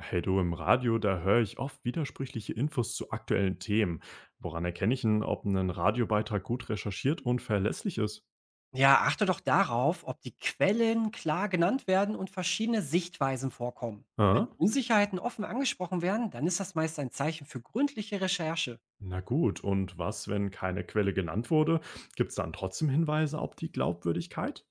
Hey du, im Radio, da höre ich oft widersprüchliche Infos zu aktuellen Themen. Woran erkenne ich denn, ob ein Radiobeitrag gut recherchiert und verlässlich ist? Ja, achte doch darauf, ob die Quellen klar genannt werden und verschiedene Sichtweisen vorkommen. Hä? Wenn Unsicherheiten offen angesprochen werden, dann ist das meist ein Zeichen für gründliche Recherche. Na gut, und was, wenn keine Quelle genannt wurde? Gibt es dann trotzdem Hinweise auf die Glaubwürdigkeit?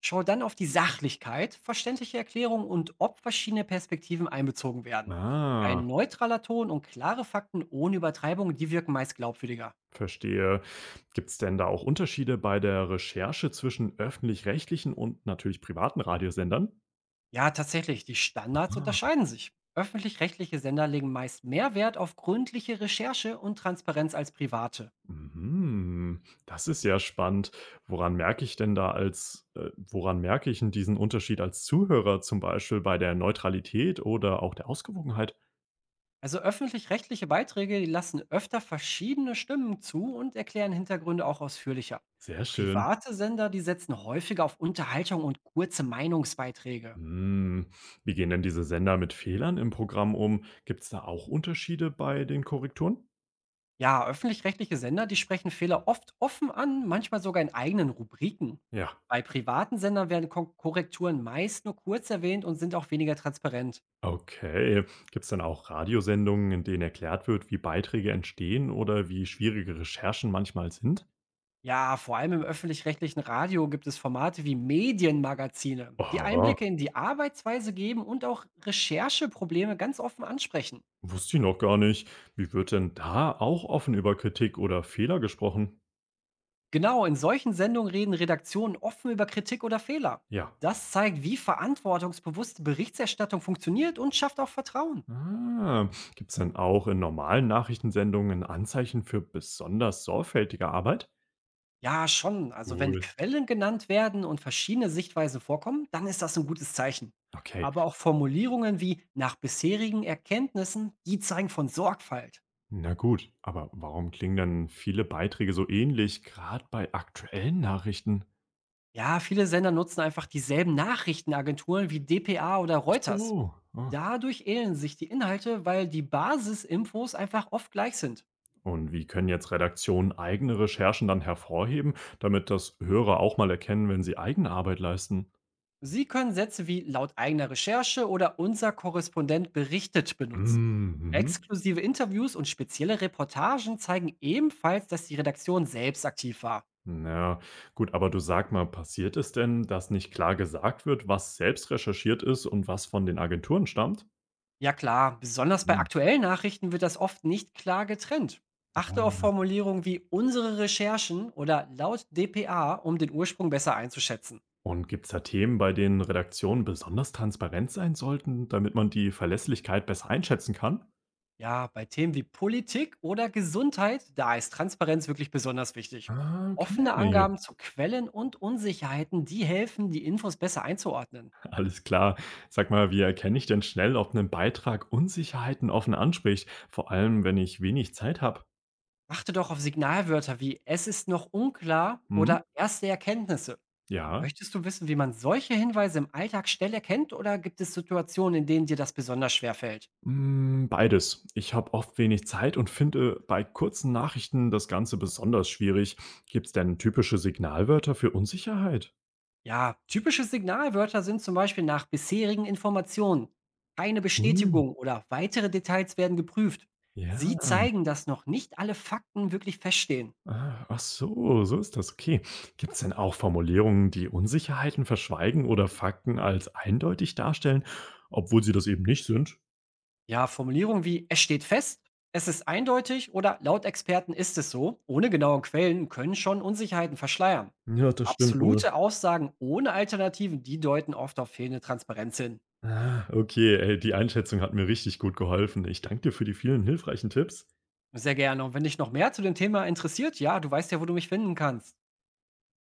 Schau dann auf die Sachlichkeit, verständliche Erklärung und ob verschiedene Perspektiven einbezogen werden. Ah, Ein neutraler Ton und klare Fakten ohne Übertreibung, die wirken meist glaubwürdiger. verstehe. Gibt es denn da auch Unterschiede bei der Recherche zwischen öffentlich-rechtlichen und natürlich privaten Radiosendern? Ja, tatsächlich, die Standards unterscheiden sich. Öffentlich-rechtliche Sender legen meist mehr Wert auf gründliche Recherche und Transparenz als private. Mhm, das ist ja spannend. Woran merke ich denn da als woran merke ich 'n diesen Unterschied als Zuhörer, zum Beispiel bei der Neutralität oder auch der Ausgewogenheit? Also öffentlich-rechtliche Beiträge, die lassen öfter verschiedene Stimmen zu und erklären Hintergründe auch ausführlicher. Sehr schön. Private Sender, die setzen häufiger auf Unterhaltung und kurze Meinungsbeiträge. Hm, wie gehen denn diese Sender mit Fehlern im Programm um? Gibt es da auch Unterschiede bei den Korrekturen? Ja, öffentlich-rechtliche Sender, die sprechen Fehler oft offen an, manchmal sogar in eigenen Rubriken. Ja, Bei privaten Sendern werden Korrekturen meist nur kurz erwähnt und sind auch weniger transparent. okay. Gibt es dann auch Radiosendungen, in denen erklärt wird, wie Beiträge entstehen oder wie schwierige Recherchen manchmal sind? Ja, vor allem im öffentlich-rechtlichen Radio gibt es Formate wie Medienmagazine, die Aha. Einblicke in die Arbeitsweise geben und auch Rechercheprobleme ganz offen ansprechen. Wusste ich noch gar nicht. Wie wird denn da auch offen über Kritik oder Fehler gesprochen? Genau, in solchen Sendungen reden Redaktionen offen über Kritik oder Fehler. Ja. Das zeigt, wie verantwortungsbewusste Berichterstattung funktioniert und schafft auch Vertrauen. Ah, gibt es denn auch in normalen Nachrichtensendungen Anzeichen für besonders sorgfältige Arbeit? Ja, schon. Also wenn Cool. Quellen genannt werden und verschiedene Sichtweisen vorkommen, dann ist das ein gutes Zeichen. Okay, Aber auch Formulierungen wie nach bisherigen Erkenntnissen, die zeigen von Sorgfalt. na gut. Aber warum klingen dann viele Beiträge so ähnlich, gerade bei aktuellen Nachrichten? Ja, viele Sender nutzen einfach dieselben Nachrichtenagenturen wie dpa oder Ach Reuters. so. Ah. Dadurch ähneln sich die Inhalte, weil die Basisinfos einfach oft gleich sind. Und wie können jetzt Redaktionen eigene Recherchen dann hervorheben, damit das Hörer auch mal erkennen, wenn sie eigene Arbeit leisten? Sie können Sätze wie laut eigener Recherche oder unser Korrespondent berichtet benutzen. Mhm. Exklusive Interviews und spezielle Reportagen zeigen ebenfalls, dass die Redaktion selbst aktiv war. Na gut, aber du sag mal, passiert es denn, dass nicht klar gesagt wird, was selbst recherchiert ist und was von den Agenturen stammt? Ja klar, besonders bei Hm, aktuellen Nachrichten wird das oft nicht klar getrennt. Achte ja, auf ja. Formulierungen wie unsere Recherchen oder laut DPA, um den Ursprung besser einzuschätzen. Und gibt's da Themen, bei denen Redaktionen besonders transparent sein sollten, damit man die Verlässlichkeit besser einschätzen kann? Ja, bei Themen wie Politik oder Gesundheit, da ist Transparenz wirklich besonders wichtig. Ah, Offene okay. Angaben zu Quellen und Unsicherheiten, die helfen, die Infos besser einzuordnen. Alles klar. Sag mal, wie erkenne ich denn schnell, ob ein Beitrag Unsicherheiten offen anspricht? Vor allem, wenn ich wenig Zeit habe. Achte doch auf Signalwörter wie „Es ist noch unklar“ Hm? oder „Erste Erkenntnisse“. Ja. Möchtest du wissen, wie man solche Hinweise im Alltag schnell erkennt oder gibt es Situationen, in denen dir das besonders schwer fällt? Hm, beides. Ich habe oft wenig Zeit und finde bei kurzen Nachrichten das Ganze besonders schwierig. Gibt es denn typische Signalwörter für Unsicherheit? Ja, typische Signalwörter sind zum Beispiel nach bisherigen Informationen, keine Hm, Bestätigung oder weitere Details werden geprüft. Sie ja. zeigen, dass noch nicht alle Fakten wirklich feststehen. Ah, ach so, so ist das. Okay. Gibt es denn auch Formulierungen, die Unsicherheiten verschweigen oder Fakten als eindeutig darstellen, obwohl sie das eben nicht sind? Ja, Formulierungen wie es steht fest, es ist eindeutig oder laut Experten ist es so, ohne genaue Quellen können schon Unsicherheiten verschleiern. Ja, das stimmt wohl. Absolute Aussagen ohne Alternativen, die deuten oft auf fehlende Transparenz hin. Ah, okay, ey, die Einschätzung hat mir richtig gut geholfen. Ich danke dir für die vielen hilfreichen Tipps. Sehr gerne. Und wenn dich noch mehr zu dem Thema interessiert, ja, du weißt ja, wo du mich finden kannst.